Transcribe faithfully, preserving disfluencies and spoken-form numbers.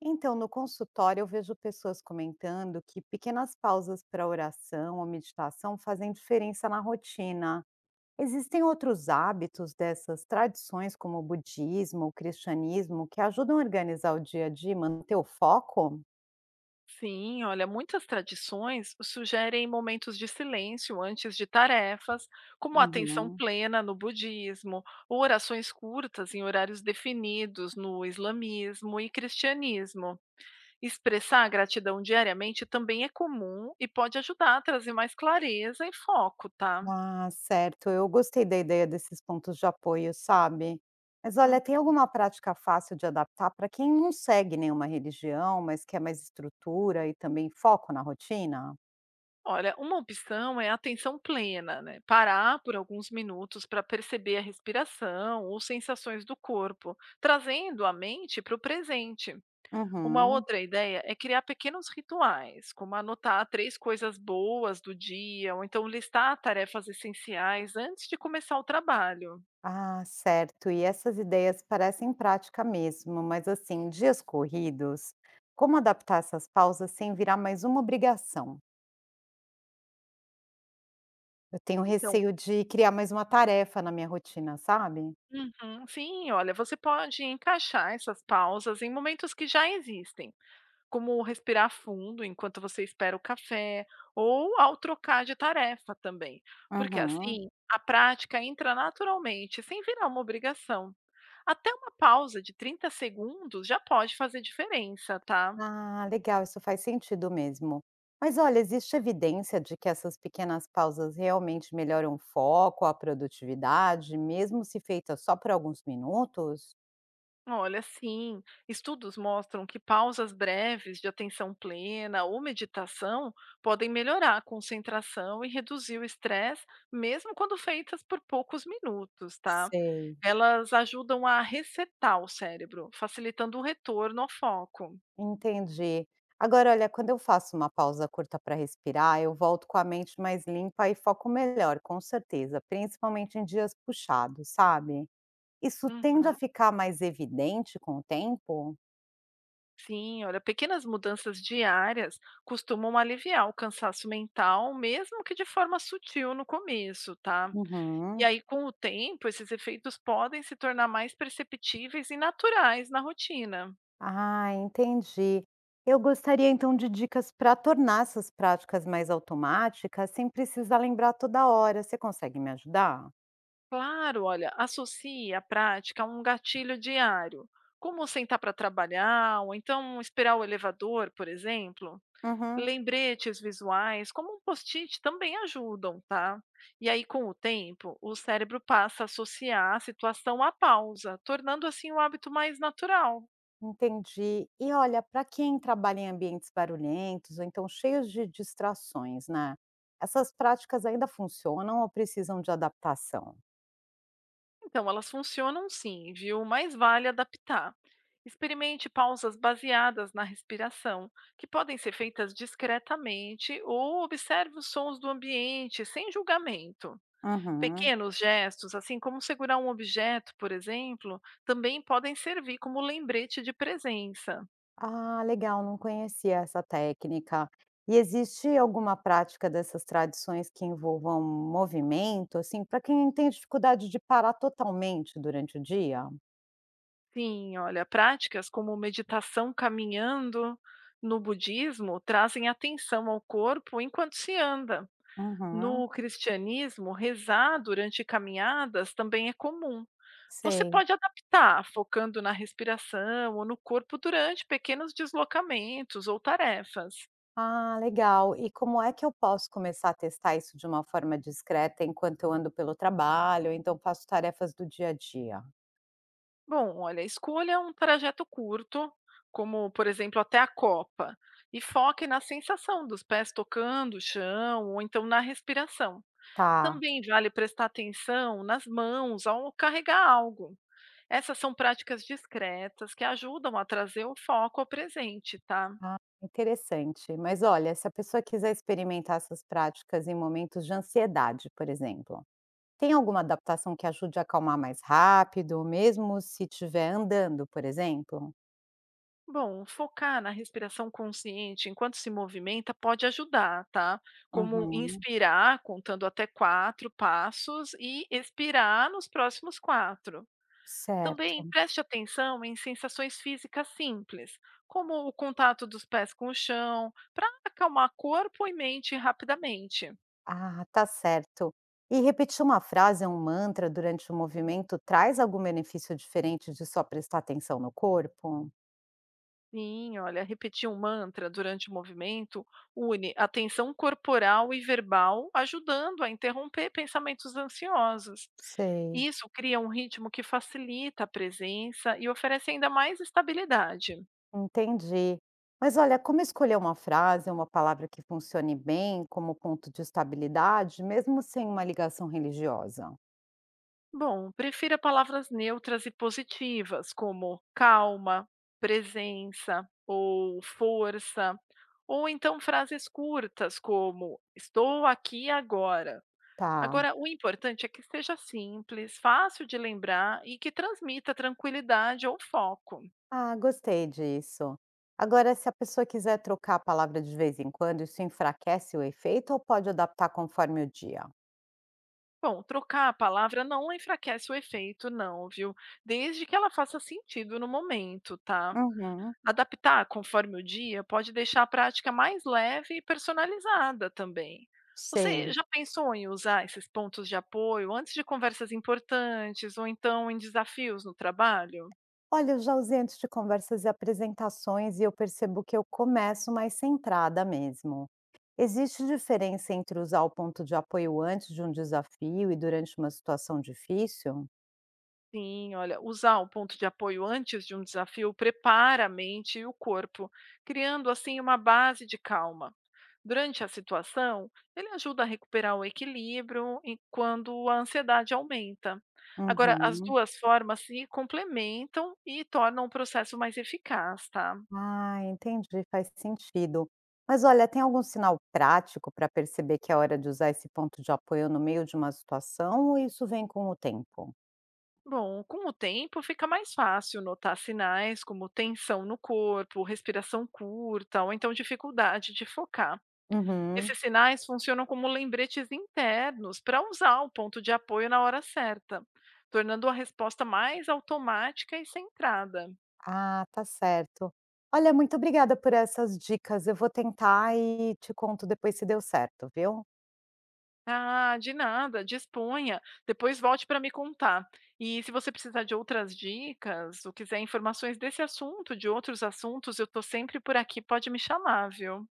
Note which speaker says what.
Speaker 1: Então, no consultório, eu vejo pessoas comentando que pequenas pausas para oração ou meditação fazem diferença na rotina. Existem outros hábitos dessas tradições, como o budismo, o cristianismo, que ajudam a organizar o dia a dia e manter o foco?
Speaker 2: Sim, olha, muitas tradições sugerem momentos de silêncio antes de tarefas, como atenção
Speaker 1: Uhum.
Speaker 2: plena no budismo, ou orações curtas em horários definidos no islamismo e cristianismo. Expressar a gratidão diariamente também é comum e pode ajudar a trazer mais clareza e foco, tá?
Speaker 1: Ah, certo. Eu gostei da ideia desses pontos de apoio, sabe? Mas olha, tem alguma prática fácil de adaptar para quem não segue nenhuma religião, mas quer mais estrutura e também foco na rotina?
Speaker 2: Olha, uma opção é a atenção plena, né? Parar por alguns minutos para perceber a respiração ou sensações do corpo, trazendo a mente para o presente. Uma
Speaker 1: Uhum.
Speaker 2: outra ideia é criar pequenos rituais, como anotar três coisas boas do dia, ou então listar tarefas essenciais antes de começar o trabalho.
Speaker 1: Ah, certo. E essas ideias parecem prática mesmo, mas assim, dias corridos, como adaptar essas pausas sem virar mais uma obrigação? Eu tenho
Speaker 2: Então,
Speaker 1: receio de criar mais uma tarefa na minha rotina, sabe?
Speaker 2: uhum, sim, olha, você pode encaixar essas pausas em momentos que já existem como respirar fundo enquanto você espera o café ou ao trocar de tarefa também, porque
Speaker 1: Uhum.
Speaker 2: assim a prática entra naturalmente, sem virar uma obrigação. Até uma pausa de trinta segundos já pode fazer diferença, tá?
Speaker 1: Ah, legal, isso faz sentido mesmo. Mas olha, existe evidência de que essas pequenas pausas realmente melhoram o foco, a produtividade, mesmo se feitas só por alguns minutos?
Speaker 2: Olha, sim, estudos mostram que pausas breves de atenção plena ou meditação podem melhorar a concentração e reduzir o estresse, mesmo quando feitas por poucos minutos, tá?
Speaker 1: Sei.
Speaker 2: Elas ajudam a resetar o cérebro, facilitando o retorno ao foco.
Speaker 1: Entendi. Agora, olha, quando eu faço uma pausa curta para respirar, eu volto com a mente mais limpa e foco melhor, com certeza, principalmente em dias puxados, sabe? Isso tende a
Speaker 2: Uhum.
Speaker 1: ficar mais evidente com o tempo?
Speaker 2: Sim, olha, pequenas mudanças diárias costumam aliviar o cansaço mental, mesmo que de forma sutil no começo, tá? E
Speaker 1: Uhum.
Speaker 2: aí, com o tempo, esses efeitos podem se tornar mais perceptíveis e naturais na rotina.
Speaker 1: Ah, entendi. Eu gostaria então de dicas para tornar essas práticas mais automáticas, sem precisar lembrar toda hora. Você consegue me ajudar?
Speaker 2: Claro, olha, associe a prática a um gatilho diário, como sentar para trabalhar, ou então esperar o elevador, por exemplo.
Speaker 1: Uhum.
Speaker 2: Lembretes visuais, como um post-it, também ajudam, tá? E aí, com o tempo, o cérebro passa a associar a situação à pausa, tornando assim o hábito mais natural.
Speaker 1: Entendi. E olha, para quem trabalha em ambientes barulhentos ou então cheios de distrações, né? Essas práticas ainda funcionam ou precisam de adaptação?
Speaker 2: Então, elas funcionam sim, viu? Mas vale adaptar. Experimente pausas baseadas na respiração, que podem ser feitas discretamente, ou observe os sons do ambiente, sem julgamento.
Speaker 1: Uhum.
Speaker 2: Pequenos gestos, assim como segurar um objeto, por exemplo, também podem servir como lembrete de presença.
Speaker 1: Ah, legal, não conhecia essa técnica. E existe alguma prática dessas tradições que envolvam movimento, assim, para quem tem dificuldade de parar totalmente durante o dia?
Speaker 2: Sim, olha, práticas como meditação caminhando no budismo trazem atenção ao corpo enquanto se anda.
Speaker 1: Uhum,
Speaker 2: No cristianismo, rezar durante caminhadas também é comum. Você
Speaker 1: sei.
Speaker 2: pode adaptar, focando na respiração ou no corpo durante pequenos deslocamentos ou tarefas.
Speaker 1: Ah, legal. E como é que eu posso começar a testar isso de uma forma discreta enquanto eu ando pelo trabalho, ou então faço tarefas do dia a dia?
Speaker 2: Bom, olha, escolha um trajeto curto, como por exemplo até a copa, e foque na sensação dos pés tocando o chão ou então na respiração.
Speaker 1: Tá.
Speaker 2: Também vale prestar atenção nas mãos ao carregar algo. Essas são práticas discretas que ajudam a trazer o foco ao presente, tá?
Speaker 1: Ah, interessante. Mas olha, se a pessoa quiser experimentar essas práticas em momentos de ansiedade, por exemplo, tem alguma adaptação que ajude a acalmar mais rápido, mesmo se estiver andando, por exemplo?
Speaker 2: Bom, focar na respiração consciente enquanto se movimenta pode ajudar, tá? Como
Speaker 1: Uhum,
Speaker 2: inspirar contando até quatro passos e expirar nos próximos quatro. Também
Speaker 1: certo.
Speaker 2: preste atenção em sensações físicas simples, como o contato dos pés com o chão, para acalmar corpo e mente rapidamente.
Speaker 1: Ah, tá certo. E repetir uma frase ou um mantra durante o movimento traz algum benefício diferente de só prestar atenção no corpo?
Speaker 2: Sim, olha, repetir um mantra durante o movimento une a tensão corporal e verbal, ajudando a interromper pensamentos ansiosos.
Speaker 1: Sei.
Speaker 2: Isso cria um ritmo que facilita a presença e oferece ainda mais estabilidade.
Speaker 1: Entendi. Mas olha, como escolher uma frase uma palavra que funcione bem como ponto de estabilidade, mesmo sem uma ligação religiosa?
Speaker 2: Bom, prefira palavras neutras e positivas, como calma, presença ou força, ou então frases curtas, como estou aqui agora.
Speaker 1: Tá.
Speaker 2: Agora, o importante é que seja simples, fácil de lembrar e que transmita tranquilidade ou foco.
Speaker 1: Ah, gostei disso. Agora, se a pessoa quiser trocar a palavra de vez em quando, isso enfraquece o efeito ou pode adaptar conforme o dia?
Speaker 2: Bom, trocar a palavra não enfraquece o efeito, não, viu? Desde que ela faça sentido no momento, tá?
Speaker 1: Uhum,
Speaker 2: Adaptar conforme o dia pode deixar a prática mais leve e personalizada também. Você
Speaker 1: sei.
Speaker 2: já pensou em usar esses pontos de apoio antes de conversas importantes ou então em desafios no trabalho?
Speaker 1: Olha, eu já usei antes de conversas e apresentações e eu percebo que eu começo mais centrada mesmo. Existe diferença entre usar o ponto de apoio antes de um desafio e durante uma situação difícil?
Speaker 2: Sim, olha, usar o ponto de apoio antes de um desafio prepara a mente e o corpo, criando assim uma base de calma. Durante a situação, ele ajuda a recuperar o equilíbrio em- quando a ansiedade aumenta. Agora, as
Speaker 1: Uhum.
Speaker 2: duas formas se complementam e tornam o processo mais eficaz, tá?
Speaker 1: Ah, entendi, faz sentido. Mas olha, tem algum sinal prático para perceber que é hora de usar esse ponto de apoio no meio de uma situação ou isso vem com o tempo?
Speaker 2: Bom, com o tempo fica mais fácil notar sinais como tensão no corpo, respiração curta ou então dificuldade de focar.
Speaker 1: Uhum.
Speaker 2: Esses sinais funcionam como lembretes internos para usar o ponto de apoio na hora certa, tornando a resposta mais automática e centrada.
Speaker 1: Ah, tá certo. Olha, muito obrigada por essas dicas. Eu vou tentar e te conto depois se deu certo, viu?
Speaker 2: Ah, de nada, disponha. Depois volte para me contar. E se você precisar de outras dicas ou quiser informações desse assunto, de outros assuntos, eu estou sempre por aqui, pode me chamar, viu?